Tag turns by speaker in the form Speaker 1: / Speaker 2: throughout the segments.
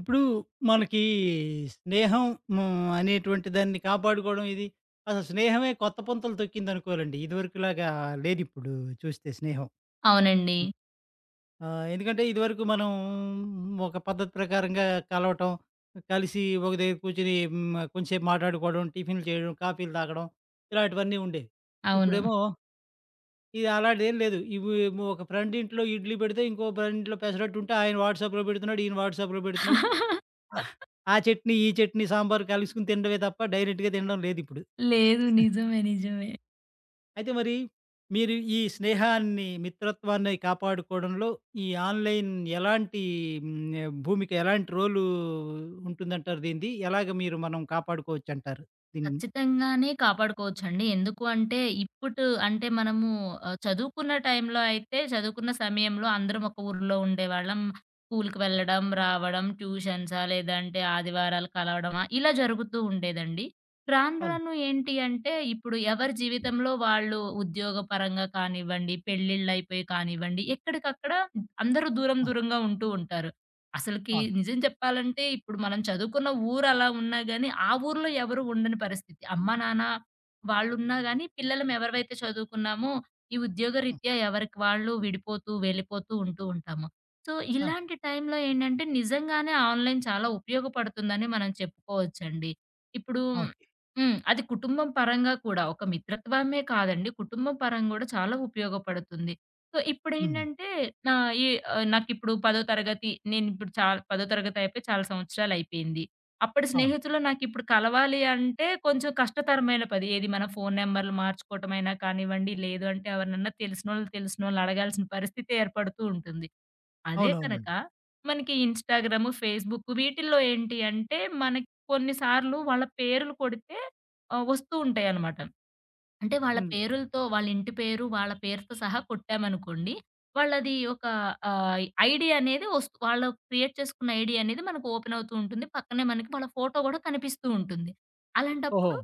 Speaker 1: ఇప్పుడు మనకి స్నేహం అనేటువంటి దాన్ని కాపాడుకోవడం ఇది అసలు స్నేహమే కొత్త పుంతలు తొక్కిందనుకోవాలండి. ఇదివరకులాగా లేదిప్పుడు చూస్తే స్నేహం.
Speaker 2: అవునండి.
Speaker 1: హ్మ్. ఎందుకంటే ఇదివరకు మనం ఒక పద్ధతి ప్రకారంగా కలవటం, కలిసి ఒక దగ్గర కూర్చొని కొంచెంసేపు మాట్లాడుకోవడం, టిఫిన్‌లు చేయడం, కాఫీలు తాగడం ఇలాంటివన్నీ ఉండేవి.
Speaker 2: అవును.
Speaker 1: ఇప్పుడేమో ఇది అలాంటిదేం లేదు. ఇవి ఏమో ఒక ఫ్రెండ్ ఇంట్లో ఇడ్లీ పెడితే ఇంకో ఫ్రెండ్ ఇంట్లో పెసరట్టు ఉంటే ఆయన వాట్సాప్‌లో పెడుతున్నాడు, ఈయన వాట్సాప్‌లో పెడుతున్నాడు. ఆహ్, ఆ చట్నీ, ఈ చట్నీ, సాంబారు కలుసుకొని తినడమే తప్ప డైరెక్ట్‌గా తినడం లేదిప్పుడు.
Speaker 2: లేదు. నిజమే. నిజమే.
Speaker 1: అయితే మరి మీరు ఈ స్నేహాన్ని, మిత్రత్వాన్ని కాపాడుకోవడంలో ఈ ఆన్‌లైన్ ఎలాంటి భూమిక ఎలాంటి రోలు ఉంటుందంటారు దీనిది? ఎలాగ మీరు మనం కాపాడుకోవచ్చంటారు దీన్ని?
Speaker 2: ఖచ్చితంగానే కాపాడుకోవచ్చండి. ఎందుకు అంటే, ఇప్పుడు అంటే మనము చదువుకున్న టైంలో అయితే, చదువుకున్న సమయంలో అందరం ఒక ఊర్లో ఉండేవాళ్ళం. స్కూలుకి వెళ్ళడం, రావడం, ట్యూషన్సా లేదంటే ఆదివారాలు కలవడమా ఇలా జరుగుతూ ఉండేదండి. రాను
Speaker 1: అవును.
Speaker 2: రాను ఏంటి అంటే, ఇప్పుడు ఎవరి జీవితంలో వాళ్ళు ఉద్యోగపరంగా కానివ్వండి, పెళ్ళిళ్ళైపోయి కానివ్వండి, ఎక్కడికక్కడ అందరూ దూరం
Speaker 1: అవును.
Speaker 2: దూరంగా ఉంటూ ఉంటారు. అసలకి
Speaker 1: అవును.
Speaker 2: నిజం చెప్పాలంటే, ఇప్పుడు మనం చదువుకున్న ఊరు అలా ఉన్నా గాని, ఆ ఊర్లో ఎవరు ఉండని పరిస్థితి. అమ్మ, నాన్న వాళ్ళున్నా గాని, పిల్లలం ఎవరివైతే చదువుకున్నామో, ఈ
Speaker 1: హ్మ్.
Speaker 2: ఉద్యోగరీత్యా ఎవరికి వాళ్ళు విడిపోతూ, వెళ్ళిపోతూ ఉంటూ ఉంటాము. సో,
Speaker 1: అవును.
Speaker 2: ఇలాంటి టైంలో ఏంటంటే, నిజంగానే ఆన్‌లైన్ చాలా ఉపయోగపడుతుందని మనం చెప్పుకోవచ్చండి. ఇప్పుడు
Speaker 1: ఓకే.
Speaker 2: హ్మ్. అది కుటుంబం పరంగా కూడా, ఒక మిత్రత్వమే కాదండి, కుటుంబం పరంగా గూడా చాలా ఉపయోగపడుతుంది. సో,
Speaker 1: హ్మ్.
Speaker 2: ఇప్పుడేంటంటే నా ఈ నాకిప్పుడు 10 తరగతి నేనిప్పుడు చాల్ 10 తరగతి అయిపోయి చాలా సంవత్సరాలయిపోయింది. అప్పటి
Speaker 1: అవును.
Speaker 2: స్నేహితులు నాకిప్పుడు కలవాలి అంటే కొంచెం కష్టతరమైన పది. ఏది మన ఫోను నంబర్‌లు మార్చుకోవటమైనా కానివ్వండి, లేదు అంటే ఎవరినన్నా తెలిసినోళ్ళని అడగాల్సిన పరిస్థితి ఏర్పడుతూ ఉంటుంది. అదే కనక
Speaker 1: అవునవునండి.
Speaker 2: మనకి ఇన్‌స్టాగ్రాము, ఫేస్‌బుక్ వీటిల్లో ఏంటి అంటే, మనకి కొన్నిసార్లు వాళ్ళ పేర్లు కొడితే వస్తూ ఉంటాయనమాట. అంటే వాళ్ళ
Speaker 1: హ్మ్.
Speaker 2: పేరులతో వాళ్ళ ఇంటి పేరు, వాళ్ళ పేరుతో సహా కొట్టామనుకోండి. వాళ్ళది ఒక ఆహ్, ఐడీ అనేది వాళ్ళు క్రియేట్ చేసుకున్న ఐడీ అనేది మనకు ఓపెన్ అవుతూ ఉంటుంది. పక్కనే మనకి వాళ్ళ ఫోటో గూడా కనిపిస్తూ ఉంటుంది.
Speaker 1: ఓహో!
Speaker 2: అలాంటప్పుడు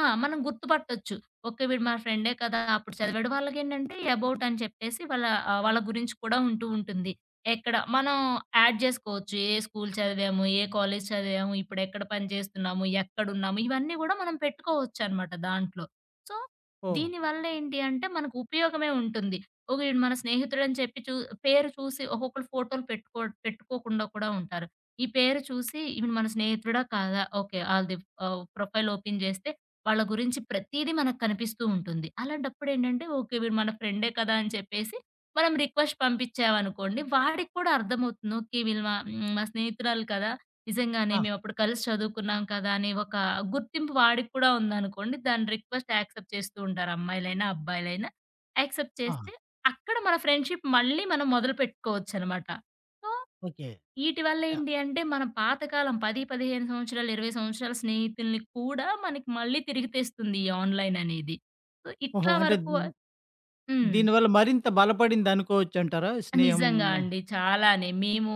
Speaker 2: ఆ! మనం గుర్తుపట్టొచ్చు. ఓకే. వీడు మా ఫ్రెండే కదా! అప్పుడు చదివాడు. వాళ్ళకేంటంటే అబౌట్ అని చెప్పేసి వాళ్ళ గురించి కూడా ఉంటూ ఉంటుంది. ఎక్కడ మనం యాడ్ జేసుకోవచ్చు. ఏ స్కూల్ చదివాము, ఏ కాలేజ్ చదివాము, ఇప్పుడెక్కడ పని చేస్తున్నాము, ఎక్కడున్నాము ఇవన్నీ గూడా మనం పెట్టుకోవచ్చనమాట దాంట్లో. సో,
Speaker 1: ఓహ్!
Speaker 2: దీనివల్ల ఏంటి అంటే మనకు ఉపయోగమే ఉంటుంది. ఓకే. ఈడు మన స్నేహితుడని చెప్పి చూ పేరు చూసి ఒక్కొక్కళ్ళు ఫోటోలు పెట్టుకోకుండా కూడా ఉంటారు. ఈ పేరు చూసి ఈమె మన స్నేహితుడా? కాదా? ఓకే. ఆళ్ళది ప్రొఫైల్ ఓపెన్ చేస్తే వాళ్ళ గురించి ప్రతీదీ మనకు కనిపిస్తూ ఉంటుంది. అలాంటప్పుడు ఏంటంటే ఓకే. వీడు మన ఫ్రెండే కదా! అని చెప్పేసి మనం రిక్వెస్ట్ పంపించామనుకోండి వాడికి కూడా అర్థమవుతుంది. ఓకే. వీళ్ళు మా హ్మ్. మా స్నేహితురాలు కదా! నిజంగానే
Speaker 1: ఆ!
Speaker 2: మేమప్పుడు కలిసి చదువుకున్నాం కదా! అని ఒక గుర్తింపు వాడికి కూడా ఉందనుకోండి. దాని రిక్వెస్ట్ యాక్సెప్ట్ చేస్తూ ఉంటారు. అమ్మాయిలైనా, అబ్బాయిలైనా. యాక్సెప్ట్
Speaker 1: ఆ!
Speaker 2: చేస్తే అక్కడ మన ఫ్రెండ్‌షిప్ మళ్ళీ మనం మొదలు పెట్టుకోవచ్చనమాట. So,
Speaker 1: okay.
Speaker 2: ఈటి వల్ల
Speaker 1: యాహ్!
Speaker 2: ఏంటి అంటే మన పాతకాలం 10, 15 సంవత్సరాలు, 20 సంవత్సరాల స్నేహితుల్ని కూడా మనకి మళ్ళీ తిరిగి తెస్తుంది ఈ ఆన్‌లైన్ అనేది. సో,
Speaker 1: ఓహో!
Speaker 2: ఇట్లా
Speaker 1: అంటే
Speaker 2: వరకు హ్మ్.
Speaker 1: దీనివల్ల మరింత బలపడిందనుకోవచ్చంటారా? స్నేహం
Speaker 2: నిజంగా అండి. చాలానే. మేము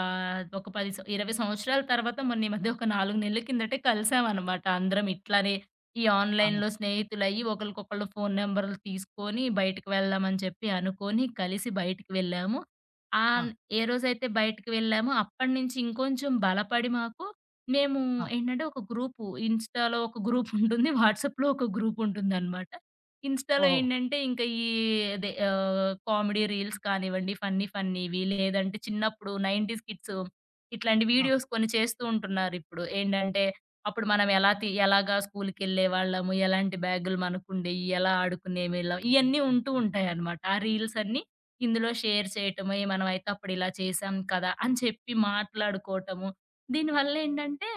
Speaker 2: ఒక 10 సం 20 సంవత్సరాల తర్వాత మొన్న ఈ మధ్య ఒక 4 నెలల కిందటే కలిసామనమాట. అందరం ఇట్లానే ఈ
Speaker 1: ఆహా!
Speaker 2: ఆన్‌లైన్‌లో స్నేహితులయ్యి ఒకళ్ళకొకళ్ళు ఫోను నంబర్‌లు తీసుకొని బయటికి వెళ్దామని చెప్పి అనుకోని కలిసి బయటికి వెళ్ళాము.
Speaker 1: ఆ!
Speaker 2: ఆహ్, ఏ రోజైతే బయటికి వెళ్ళామో అప్పటినుంచి ఇంకొంచెం బలపడి మాకు మేము
Speaker 1: ఆ!
Speaker 2: ఏంటంటే ఒక గ్రూపు ఇన్‌స్టాలో ఒక గ్రూపుంటుంది. వాట్సాప్‌లో ఒక గ్రూపుంటుందనమాట. ఇన్‌స్టా‌లో
Speaker 1: ఓహో!
Speaker 2: ఏంటంటే, ఇంకా ఈ అదే ఆహ్, కామెడీ రీల్స్ కానివ్వండి, ఫన్నీవి లేదంటే చిన్నప్పుడు 90స్ కిడ్స్ ఇట్లాంటి
Speaker 1: ఆ!
Speaker 2: వీడియోస్ కొన్ని చేస్తూ ఉంటున్నారిప్పుడు. ఏంటంటే, అప్పుడు మనం ఎలాగా స్కూలుకెళ్ళేవాళ్ళము, ఎలాంటి బ్యాగులు మనకుండేయి, ఎలా ఆడుకునేవిళ్ళం, ఇయన్నీ ఉంటూ ఉంటాయనమాట. ఆ రీల్స్ అన్నీ ఇందులో షేర్ చేయటము, "ఏ మనమైతే అప్పుడిలా చేశాం కదా!" అని చెప్పి మాట్లాడుకోటము. దీనివల్లేంటంటే,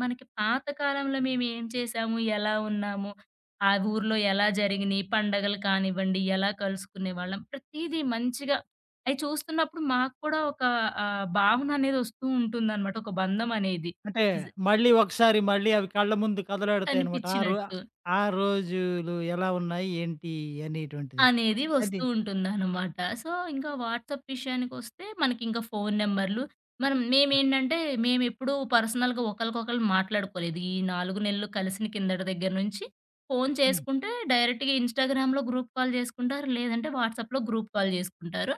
Speaker 2: మనకి పాత కాలంలో మేమేం చేశాము, ఎలా ఉన్నాము, ఆ ఊర్లో ఎలా జరిగినియి, పండగలు కానివ్వండి, ఎలా కలుసుకునేవాళ్ళం. ప్రతీదీ మంచిగా అయి చూస్తున్నప్పుడు మాకు కూడా ఒక భావన అనేది వస్తూ ఉంటుందనమాట. ఒక బంధం అనేది.
Speaker 1: అంటే
Speaker 2: నిజ
Speaker 1: మళ్ళీ ఒకసారి మళ్ళీ అవి కళ్ళ ముందు కదలాడుతాయనమాట.
Speaker 2: కనిపించినట్టు.
Speaker 1: ఆ రోజులు ఎలా ఉన్నాయి? ఏంటి? అనేటువంటిది.
Speaker 2: అనేది
Speaker 1: అది.
Speaker 2: వస్తూ ఉంటుందనమాట. సో, ఇంకా వాట్సాప్ విషయానికొస్తే మనకింకా ఫోను నెంబర్‌లు మనం మేమేంటంటే మేమెప్పుడూ పర్సనల్‌గా ఒకళ్ళకొకళ్ళు మాట్లాడుకోలేదు. ఈ 4 నెలలు కలిసిన కిందటి దగ్గర నుంచి ఫోను
Speaker 1: హ్మ్.
Speaker 2: చేసుకుంటే డైరెక్ట్‌గా ఇన్‌స్టాగ్రామ్‌లో గ్రూప్ కాల్ చేసుకుంటారు. లేదంటే వాట్సాప్‌లో గ్రూప్ కాల్ చేసుకుంటారు.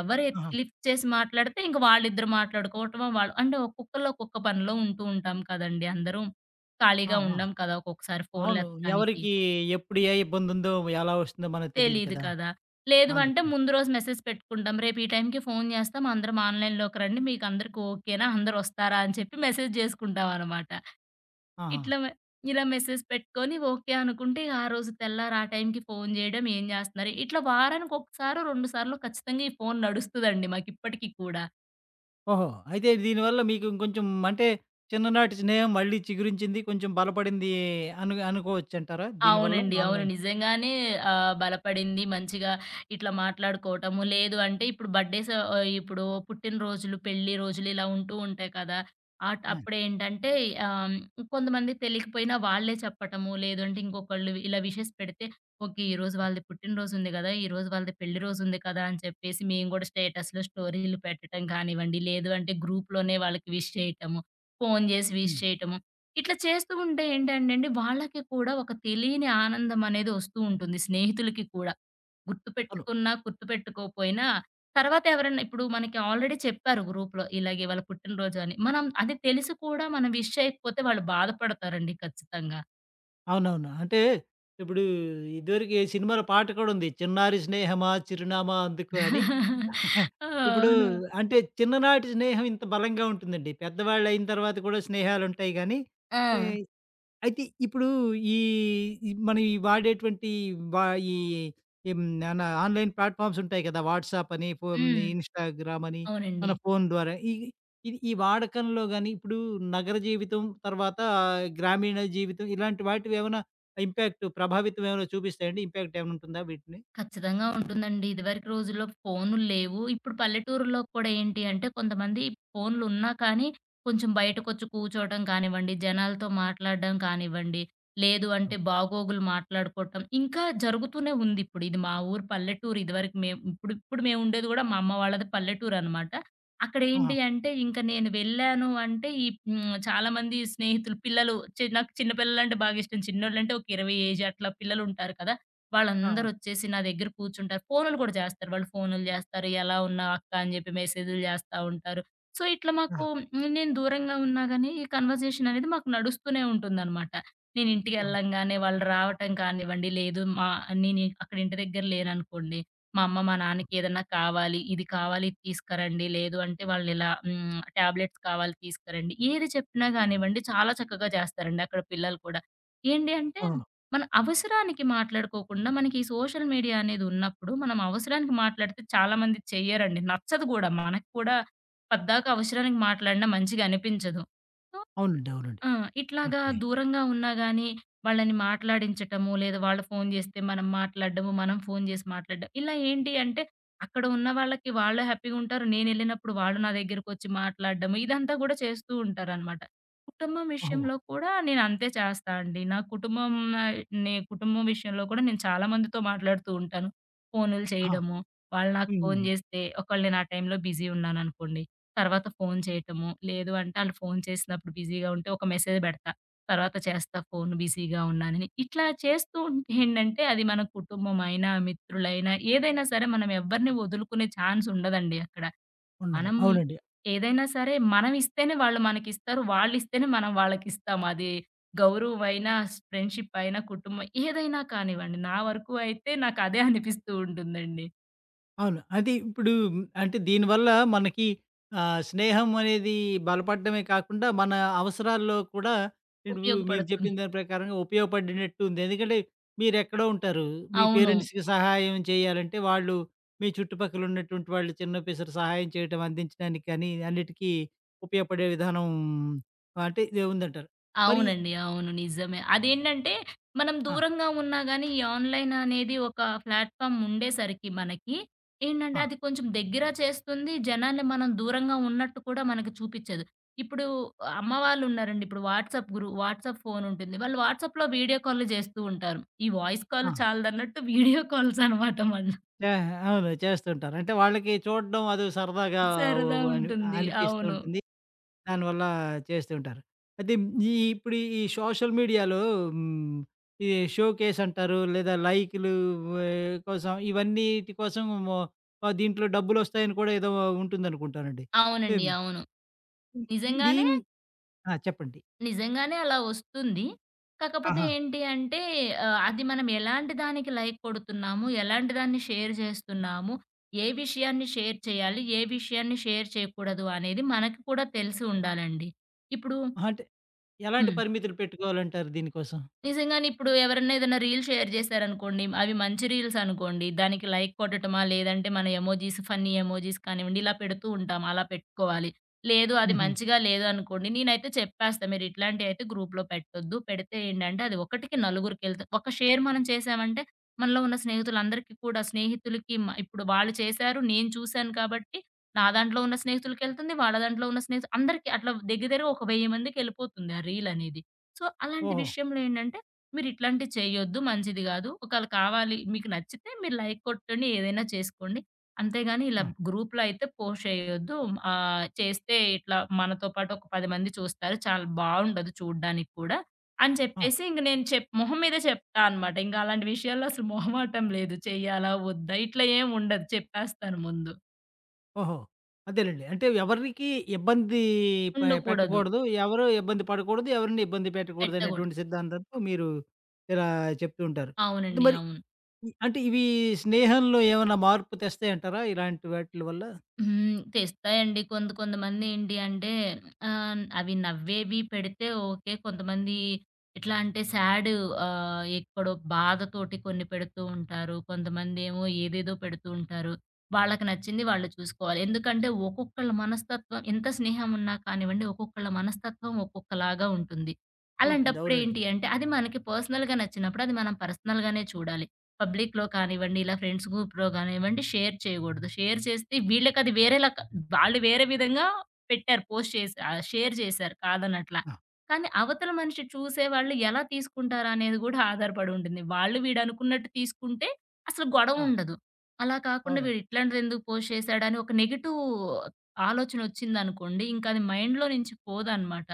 Speaker 2: ఎవరు
Speaker 1: ఆహా!
Speaker 2: లిఫ్ట్ చేసి మాట్లాడితే ఇంక వాళ్ళిద్దరు మాట్లాడుకోవటమో వాళ్ళు అంటే ఒక్కొక్కళ్ళు ఒక్కొక్క పనిలో ఉంటూ ఉంటాం కదండీ! అందరం
Speaker 1: ఆ!
Speaker 2: ఖాళీగా
Speaker 1: ఆ!
Speaker 2: ఉండం కదా! ఒక్కొక్కసారి
Speaker 1: అవును.
Speaker 2: ఫోనులెత్తడానికి.
Speaker 1: ఎవరికి ఎప్పుడు ఏ ఇబ్బందుందో, ఎలా వస్తుందో మనకు తెలీదు
Speaker 2: తెలీదు
Speaker 1: కదా!
Speaker 2: కదా! లేదు అంటే
Speaker 1: అందుకని.
Speaker 2: ముందు రోజు మెసేజ్ పెట్టుకుంటాం. రేపు ఈ టైంకి ఫోను చేస్తాం. అందరం ఆన్‌లైన్‌లోకి రండి. మీకందరికి ఓకేనా? అందరొస్తారా? అని చెప్పి మెసేజ్ జేసుకుంటామనమాట.
Speaker 1: ఆహా!
Speaker 2: ఇట్లా మె ఇలా మెసేజ్ పెట్టుకొని ఓకే అనుకుంటే ఇగ ఆ రోజు తెల్లారి ఆ టైంకి ఫోను జేయడం, ఏం జేస్తున్నారు? ఇట్లా వారానికొకసారో, 2 సార్లో ఖచ్చితంగా ఈ ఫోను నడుస్తదండి మాకిప్పటికి కూడా.
Speaker 1: ఓహో! అయితే దీనివల్ల మీకు ఇంకొంచెం అంటే చిన్ననాటి స్నేహం మళ్ళీ చిగురించింది. కొంచెం బలపడింది అనుకోవచ్చంటారా దీనివల్ల
Speaker 2: అవునండి. అవును.
Speaker 1: ఆన్‌లైన్?
Speaker 2: నిజంగానే బలపడింది. మంచిగా ఇట్లా మాట్లాడుకోవటము. లేదు అంటే ఇప్పుడు ఇప్పుడు పుట్టినరోజులు, పెళ్లి రోజులు ఇలా ఉంటూ ఉంటాయి కదా! ఆట్
Speaker 1: ఆ!
Speaker 2: అప్పుడేంటంటే ఆహ్, కొంతమంది తెలియకపోయినా వాళ్ళే చెప్పటము. లేదంటే ఇంకొకళ్ళు ఇలా విషెస్ పెడితే, ఓకే. ఈరోజు వాళ్ళది పుట్టినరోజు ఉంది కదా! ఈరోజు వాళ్ళది పెళ్లి రోజు ఉంది కదా! అని చెప్పేసి మేము కూడా స్టేటస్‌లో స్టోరీలు పెట్టడం కానివ్వండి, లేదు అంటే గ్రూప్‌లోనే వాళ్ళకి విష్ చేయటము. ఫోను చేసి విష్
Speaker 1: హ్మ్.
Speaker 2: చేయటము. ఇట్లా చేస్తూ ఉంటే ఏంటంటేండి, వాళ్ళకి కూడా ఒక తెలియని ఆనందం అనేది వస్తూ ఉంటుంది స్నేహితులకి కూడా.
Speaker 1: అవును.
Speaker 2: గుర్తుపెట్టుకున్నా, గుర్తుపెట్టుకోపోయినా తర్వాత ఎవరన్నా ఇప్పుడు మనకి ఆల్రెడీ చెప్పారు గ్రూప్‌లో ఇలాగే వాళ్ళ పుట్టినరోజు అని. మనం అది తెలిసి కూడా మనం విష్ చేయకపోతే వాళ్ళు బాధపడతారండి ఖచ్చితంగా.
Speaker 1: అవునవును. అంటే ఇప్పుడు ఇదివరకు ఈ సినిమాలో పాట కూడా ఉంది. 'చిన్నారి స్నేహమా చిరునామా అందుకు' అని. ఇప్పుడు
Speaker 2: అవును.
Speaker 1: అంటే చిన్ననాటి స్నేహం ఇంత బలంగా ఉంటుందండి. పెద్దవాళ్ళయిన తర్వాత కూడా స్నేహాలుంటాయి గానీ,
Speaker 2: ఆ!
Speaker 1: ఈ అయితే ఇప్పుడు ఈ ఈ మనం ఈ వాడేటువంటి వా ఈ ఏం నానా ఆన్‌లైన్ ప్లాట్‌ఫార్మ్స్ ఉంటాయి కదా! వాట్సాప్ అని,
Speaker 2: హ్మ్.
Speaker 1: ఇన్‌స్టాగ్రామ్ అని,
Speaker 2: అవునండి.
Speaker 1: మన ఫోను ద్వారా ఈ ఇది ఈ వాడకంలో గాని, ఇప్పుడు నగర జీవితం తర్వాత గ్రామీణ జీవితం ఇలాంటి వాటివి ఏమైనా ఇంపాక్ట్ ప్రభావితం ఏమైనా చూపిస్తాయండి? ఇంపాక్ట్ ఏమైనా ఉంటుందా వీటిని?
Speaker 2: ఖచ్చితంగా ఉంటుందండి. ఇదివరకు రోజుల్లో ఫోనులు లేవు. ఇప్పుడు పల్లెటూరులో కూడా ఏంటి అంటే కొంతమంది ఫోన్లున్నా కానీ కొంచెం బయటకొచ్చి కూర్చోవటం కానివ్వండి, జనాలతో మాట్లాడడం కానివ్వండి, లేదు అంటే
Speaker 1: హ్మ్.
Speaker 2: బాగోగులు మాట్లాడుకోవటం ఇంకా జరుగుతూనే ఉంది ఇప్పుడు. ఇది మా ఊరు పల్లెటూరు. ఇదివరకు మేము ఇప్పుడు ఇప్పుడు మేముండేది గూడా మా అమ్మ వాళ్ళది పల్లెటూరనమాట.
Speaker 1: ఆహా!
Speaker 2: అక్కడేంటి అంటే ఇంక నేను వెళ్ళాను అంటే ఈ హ్మ్. చాలామంది స్నేహితులు పిల్లలు చి నాకు చిన్న పిల్లలంటే బాగా ఇష్టం. చిన్నోళ్ళంటే ఒక 20 ఏజ్ అట్లా పిల్లలుంటారు కదా!
Speaker 1: ఆ!
Speaker 2: వాళ్ళందరొచ్చేసి నా దగ్గర కూర్చుంటారు. ఫోనులు గూడా జేస్తారు. వాళ్ళు ఫోనులు జేస్తారు. ఎలా ఉన్నావు అక్క అని జెప్పి మెసేజులు జేస్తా ఉంటారు. సో, ఇట్లా మాకు
Speaker 1: ఆ!
Speaker 2: నేను దూరంగా ఉన్నా గానీ ఈ కన్వర్జేషన్ అనేది మాకు నడుస్తూనే ఉంటుందనమాట. నేను
Speaker 1: ఓహో!
Speaker 2: ఇంటికెళ్ళంగానే వాళ్ళు రావటం కానివ్వండి, లేదు మా నేను ఇ- అక్కడ ఇంటి దగ్గర లేననుకోండి, మా అమ్మ, మా నాన్నకి
Speaker 1: ఓహ్!
Speaker 2: ఏదన్నా కావాలి, ఇది కావాలి ఇది తీసుకురండి, లేదు అంటే టాబ్లెట్స్ కావాలి తీసుకురండి, ఏది చెప్పినా గానివ్వండి చాలా చక్కగా జేస్తారండి అక్కడ పిల్లలు కూడా. ఏంటి అంటే
Speaker 1: ఆ!
Speaker 2: మన అవసరానికి మాట్లాడుకోకుండా, మనకి ఈ సోషల్ మీడియా అనేది ఉన్నప్పుడు, మనం అవసరానికి మాట్లాడితే చాలామంది చెయ్యరండి. నచ్చదు గూడా. మనకు కూడా పద్దాక అవసరానికి మాట్లాడినా మంచిగా అనిపించదు. సో,
Speaker 1: అవునండి. అవునండి.
Speaker 2: ఆ! ఇట్లాగా
Speaker 1: కరెక్టే.
Speaker 2: దూరంగా ఉన్నా గాని, వాళ్ళని మాట్లాడించటము, లేదా వాళ్ళు ఫోను జేస్తే మనం మాట్లాడడము, మనం ఫోను జేసి మాట్లాడడం. ఇలా ఏంటి అంటే, అక్కడ ఉన్న వాళ్ళకి వాళ్ళు హ్యాపీగుంటారు. నేనెళ్ళినప్పుడు వాళ్ళు నా దగ్గరకొచ్చి మాట్లాడడము, ఇదంతా గూడా చేస్తూ ఉంటారనమాట. కుటుంబం
Speaker 1: ఓహో!
Speaker 2: విషయంలో కూడా నేనంతే చేస్తా అండి. నా కుటుంబం ఆహ్, నే కుటుంబం విషయంలో కూడా నేను చాలా మందితో మాట్లాడుతూ ఉంటాను. ఫోనులు
Speaker 1: ఆ!
Speaker 2: చేయడము, వాళ్ళు నాకు ఫోను
Speaker 1: హ్మ్.
Speaker 2: జేస్తే ఒకవేళ నేను ఆ టైంలో బిజీ ఉన్నాననుకోండి. తర్వాత ఫోను చేయటము. లేదు అంటే ఆళ్ళు ఫోను చేసినప్పుడు బిజీగా ఉంటే ఒక మెసేజ్ బెడతా. తర్వాత చేస్తా ఫోను బిజీగా ఉన్నానని. ఇట్లా చేస్తూ ఉంటే ఏంటంటే అది మన కుటుంబమైనా, మిత్రులైనా ఏదైనా సరే మనం ఎవ్వరిని వదులుకునే ఛాన్స్ ఉండదండి అక్కడ.
Speaker 1: ఉండదు.
Speaker 2: మనం
Speaker 1: అవునండి.
Speaker 2: ఏదైనా సరే మనం ఇస్తేనే వాళ్ళు మనకిస్తారు. వాళ్ళిస్తేనే మనం వాళ్ళకిస్తాం. అది గౌరవమైనా, ఫ్రెండ్‌షిప్ అయినా, కుటుంబం ఏదైనా కానివ్వండి. నా వరకు అయితే నాకు అదే అనిపిస్తూ ఉంటుందండి.
Speaker 1: అవును. అది ఇప్పుడు అంటే దీనివల్ల మనకి స్నేహం అనేది బలపడడమే కాకుండా, మన అవసరాల్లో కూడా ఇప్పుడు మీరు
Speaker 2: ఉపయోగపడుతుంది.
Speaker 1: చెప్పిన దాని ప్రకారంగా ఉపయోగపడినట్టు ఉంది. ఎందుకంటే మీరెక్కడో ఉంటారు. మీ
Speaker 2: అవును.
Speaker 1: పేరెంట్స్‌కి సహాయం చేయాలంటే వాళ్ళు మీ చుట్టుపక్కల ఉన్నటువంటి వాళ్ళు చిన్న పిసరు సహాయం చేయటం, అందించడానికి కానీ అన్నిటికీ ఉపయోగపడే విధానం అంటే ఇదే ఉందంటారు. మరి
Speaker 2: అవునండి. అవును. నిజమే. అదేంటంటే మనం
Speaker 1: ఆ!
Speaker 2: దూరంగా ఉన్నా గానీ ఈ ఆన్‌లైన్ అనేది ఒక ప్లాట్‌ఫార్మ్ ఉండేసరికి మనకి ఏంటంటే
Speaker 1: ఆ!
Speaker 2: అది కొంచెం దగ్గర చేస్తుంది. జనాన్ని మనం దూరంగా ఉన్నట్టు కూడా మనకు చూపిచ్చదు. ఇప్పుడు అమ్మ వాళ్ళు ఉన్నారండి. ఇప్పుడు వాట్సాప్ ఫోన్ ఉంటుంది. వాళ్ళు వాట్సాప్‌లో వీడియో కాల్లు చేస్తూ ఉంటారు. ఈ వాయిస్ కాల్
Speaker 1: ఆ!
Speaker 2: చాలదన్నట్టు వీడియో కాల్స్ అనమాట మళ్ళా.
Speaker 1: చే అవును. చేస్తుంటారు. అంటే వాళ్ళకి చూడడం అదో సరదాగా
Speaker 2: సరదా
Speaker 1: అని
Speaker 2: ఉంటుంది.
Speaker 1: అనిపిస్తూ
Speaker 2: అవును.
Speaker 1: ఉంటుంది. దానివల్ల చేస్తుంటారు. అయితే ఈ ఇప్పుడు ఈ సోషల్ మీడియాలో హ్మ్. ఈ షోకేస్ అంటారు లేదా లైక్‌లు వే కోసం ఇవన్నీటి కోసం దీంట్లో డబ్బులొస్తాయని కూడా ఏదో ఉంటుందనుకుంటానండి.
Speaker 2: అవునండి.
Speaker 1: హ్మ్.
Speaker 2: అవును. నిజంగానే
Speaker 1: దీన్ ఆ! చెప్పండి.
Speaker 2: నిజంగానే అలా వస్తుంది. కాకపోతే
Speaker 1: ఆహా!
Speaker 2: ఏంటి అంటే అది మనం ఎలాంటి దానికి లైక్ కొడుతున్నాము, ఎలాంటి దాన్ని షేర్ చేస్తున్నాము, ఏ విషయాన్ని షేర్ చేయాలి, ఏ విషయాన్ని షేర్ చేయకూడదు అనేది మనకి కూడా తెలిసి ఉండాలండి. ఇప్పుడు
Speaker 1: అంటే ఎలాంటి
Speaker 2: హ్మ్.
Speaker 1: పరిమితులు పెట్టుకోవాలంటారు దీనికోసం?
Speaker 2: నిజంగానే ఇప్పుడు ఎవరన్నా ఏదైనా రీల్ షేర్ చేశారనుకోండి, అవి మంచి రీల్స్ అనుకోండి, దానికి లైక్ కొట్టటమా, లేదంటే మన ఎమోజీస్, ఫన్నీ ఎమోజీస్ కానివ్వండి, ఇలా పెడుతూ ఉంటాం. అలా పెట్టుకోవాలి. లేదు అది
Speaker 1: హుహు.
Speaker 2: మంచిగా లేదు అనుకోండి, నేనైతే చెప్పేస్తా. మీరు ఇట్లాంటివైతే గ్రూప్‌లో పెట్టొద్దు. పెడితే ఏంటంటే అది ఒకటికి నలుగురికెళ్తా ఒక షేర్ మనం చేశామంటే, మనలో ఉన్న స్నేహితులందరికీ కూడా స్నేహితులకి మ ఇప్పుడు వాళ్ళు చేశారు, నేను చూశాను కాబట్టి, నా దాంట్లో ఉన్న స్నేహితులకెళ్తుంది, వాళ్ళ దాంట్లో ఉన్న స్నేహితులు అందరికీ అట్లా దగ్గరగా ఒక 1000 మందికెళ్ళిపోతుంది ఆ రీల్ అనేది. సో, అలాంటి
Speaker 1: ఓహో!
Speaker 2: విషయంలో ఏంటంటే, మీరిట్లాంటివి చేయొద్దు, మంచిది గాదు. ఒకేళ కావాలి మీకు నచ్చితే మీరు లైక్ కొట్టండి, ఏదైనా చేసుకోండి. అంతేగాని ఇలా
Speaker 1: ఆ!
Speaker 2: గ్రూప్‌లో అయితే పోస్ట్ చేయొద్దు. చేస్తే ఇట్లా మనతో పాటు ఒక 10 మంది చూస్తారు. చాలా బావుండదు చూడ్డానికి కూడా అని
Speaker 1: ఆ!
Speaker 2: చెప్పేసి ఇంక నేను చెప్ మొహం మీదే చెప్తా అనమాట. ఇంక అలాంటి విషయాల్లో అసలు మొహమాటం లేదు. చెయ్యాలా? వద్దా? ఇట్లా ఏం ఉండదు. చెప్పేస్తాను ముందు.
Speaker 1: ఓహో! అదేలెండి. అంటే ఎవరికీ ఇబ్బంది
Speaker 2: ఉండకూడదు.
Speaker 1: పెట్టకూడదు. ఎవరు ఇబ్బంది పడకూడదు. ఎవరిని ఇబ్బంది పెట్టకూడదు
Speaker 2: పెట్టకూడదు.
Speaker 1: అనేటువంటి సిద్ధాంతంతో మీరు ఇలా చెప్తూ ఉంటారు. ఇది
Speaker 2: అవునండి.
Speaker 1: మరి
Speaker 2: అవును.
Speaker 1: అంటే ఇవి స్నేహంలో ఏమన్నా మార్పు తెస్తాయంటారా? ఇలాంటి వాటిల వల్ల?
Speaker 2: హ్మ్. తెస్తాయండి. కొంతమంది ఏంటి అంటే అవి నవ్వేవి పెడితే ఓకే. కొంతమంది ఎట్లా అంటే సాడ్ ఆహ్, ఎక్కడో బాధతోటి కొన్ని పెడుతూ ఉంటారు. కొంతమందేమో ఏదేదో పెడుతూ ఉంటారు. వాళ్ళకి నచ్చింది వాళ్ళు చూసుకోవాలి. ఎందుకంటే ఒక్కొక్కళ్ళ మనస్తత్వం ఎంత స్నేహం ఉన్నా కానివ్వండి, ఒక్కొక్కళ్ళ మనస్తత్వం ఒక్కొక్కలాగా ఉంటుంది.
Speaker 1: ఉంటుంది.
Speaker 2: అలాంటప్పుడు
Speaker 1: అవునండి.
Speaker 2: ఏంటి అంటే అది మనకి పర్సనల్‌గా నచ్చినప్పుడు అది మనం పర్సనల్‌గానే చూడాలి. పబ్లిక్‌లో కానివ్వండి, ఇలా ఫ్రెండ్స్ గ్రూప్‌లో గానివ్వండి షేర్ చేయగూడదు. షేర్ చేస్తే వీళ్ళకది వేరేలా క వాళ్ళు వేరే విధంగా పెట్టారు. పోస్ట్ చేసి షేర్ చేశారు కాదనట్లా.
Speaker 1: ఆ!
Speaker 2: కానీ అవతల మనిషి చూసేవాళ్ళు ఎలా తీసుకుంటారా అనేది గూడా ఆధారపడి ఉంటుంది. వాళ్ళు వీడనుకున్నట్టు తీసుకుంటే అసలు గొడవ
Speaker 1: ఆ!
Speaker 2: ఉండదు. అలా కాకుండా వీడు
Speaker 1: అవునండి.
Speaker 2: ఇట్లాంటిదెందుకు పోస్ట్ చేశాడని ఒక నెగెటివ్ ఆలోచనొచ్చిందనుకోండి, ఇంకది మైండ్‌లో నుంచి పోదనమాట.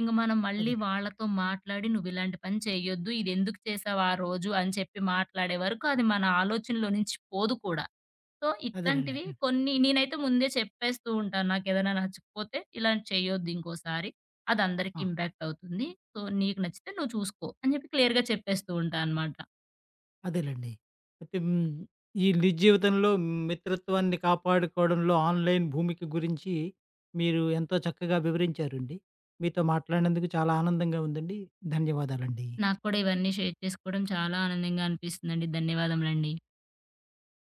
Speaker 2: ఇంక మనం మళ్ళీ
Speaker 1: అదేలెండి.
Speaker 2: వాళ్ళతో మాట్లాడి, "నువ్విలాంటి పని చెయ్యొద్దు. ఇదెందుకు చేశావు ఆ రోజు" అని చెప్పి మాట్లాడే వరకు అది మన ఆలోచనలో నుంచి పోదు కూడా. సో,
Speaker 1: అదేలెండి.
Speaker 2: ఇట్లాంటివి
Speaker 1: హ్మ్.
Speaker 2: కొన్ని నేనైతే ముందే చెప్పేస్తూ ఉంటాను. నాకేదైనా నచ్చకపోతే, "ఇలాంటి చెయ్యొద్దు ఇంకోసారి. అది అందరికీ
Speaker 1: ఆ!
Speaker 2: ఇంపాక్ట్ అవుతుంది. సో, నీకు నచ్చితే నువ్వు చూసుకో" అని చెప్పి క్లియర్‌గా చెప్పేస్తూ ఉంటా అనమాట.
Speaker 1: అదేలెండి. అయితే ఈ నిజ జీవితంలో మిత్రత్వాన్ని కాపాడుకోవడంలో ఆన్‌లైన్ భూమిక గురించి మీరు ఎంతో చక్కగా వివరించారండి. మీతో మాట్లాడినందుకు చాలా ఆనందంగా ఉందండి. ధన్యవాదాలండి.
Speaker 2: నాకు కూడా ఇవన్నీ షేర్ చేసుకోవడం చాలా ఆనందంగా అనిపిస్తుందండి. ధన్యవాదములండి.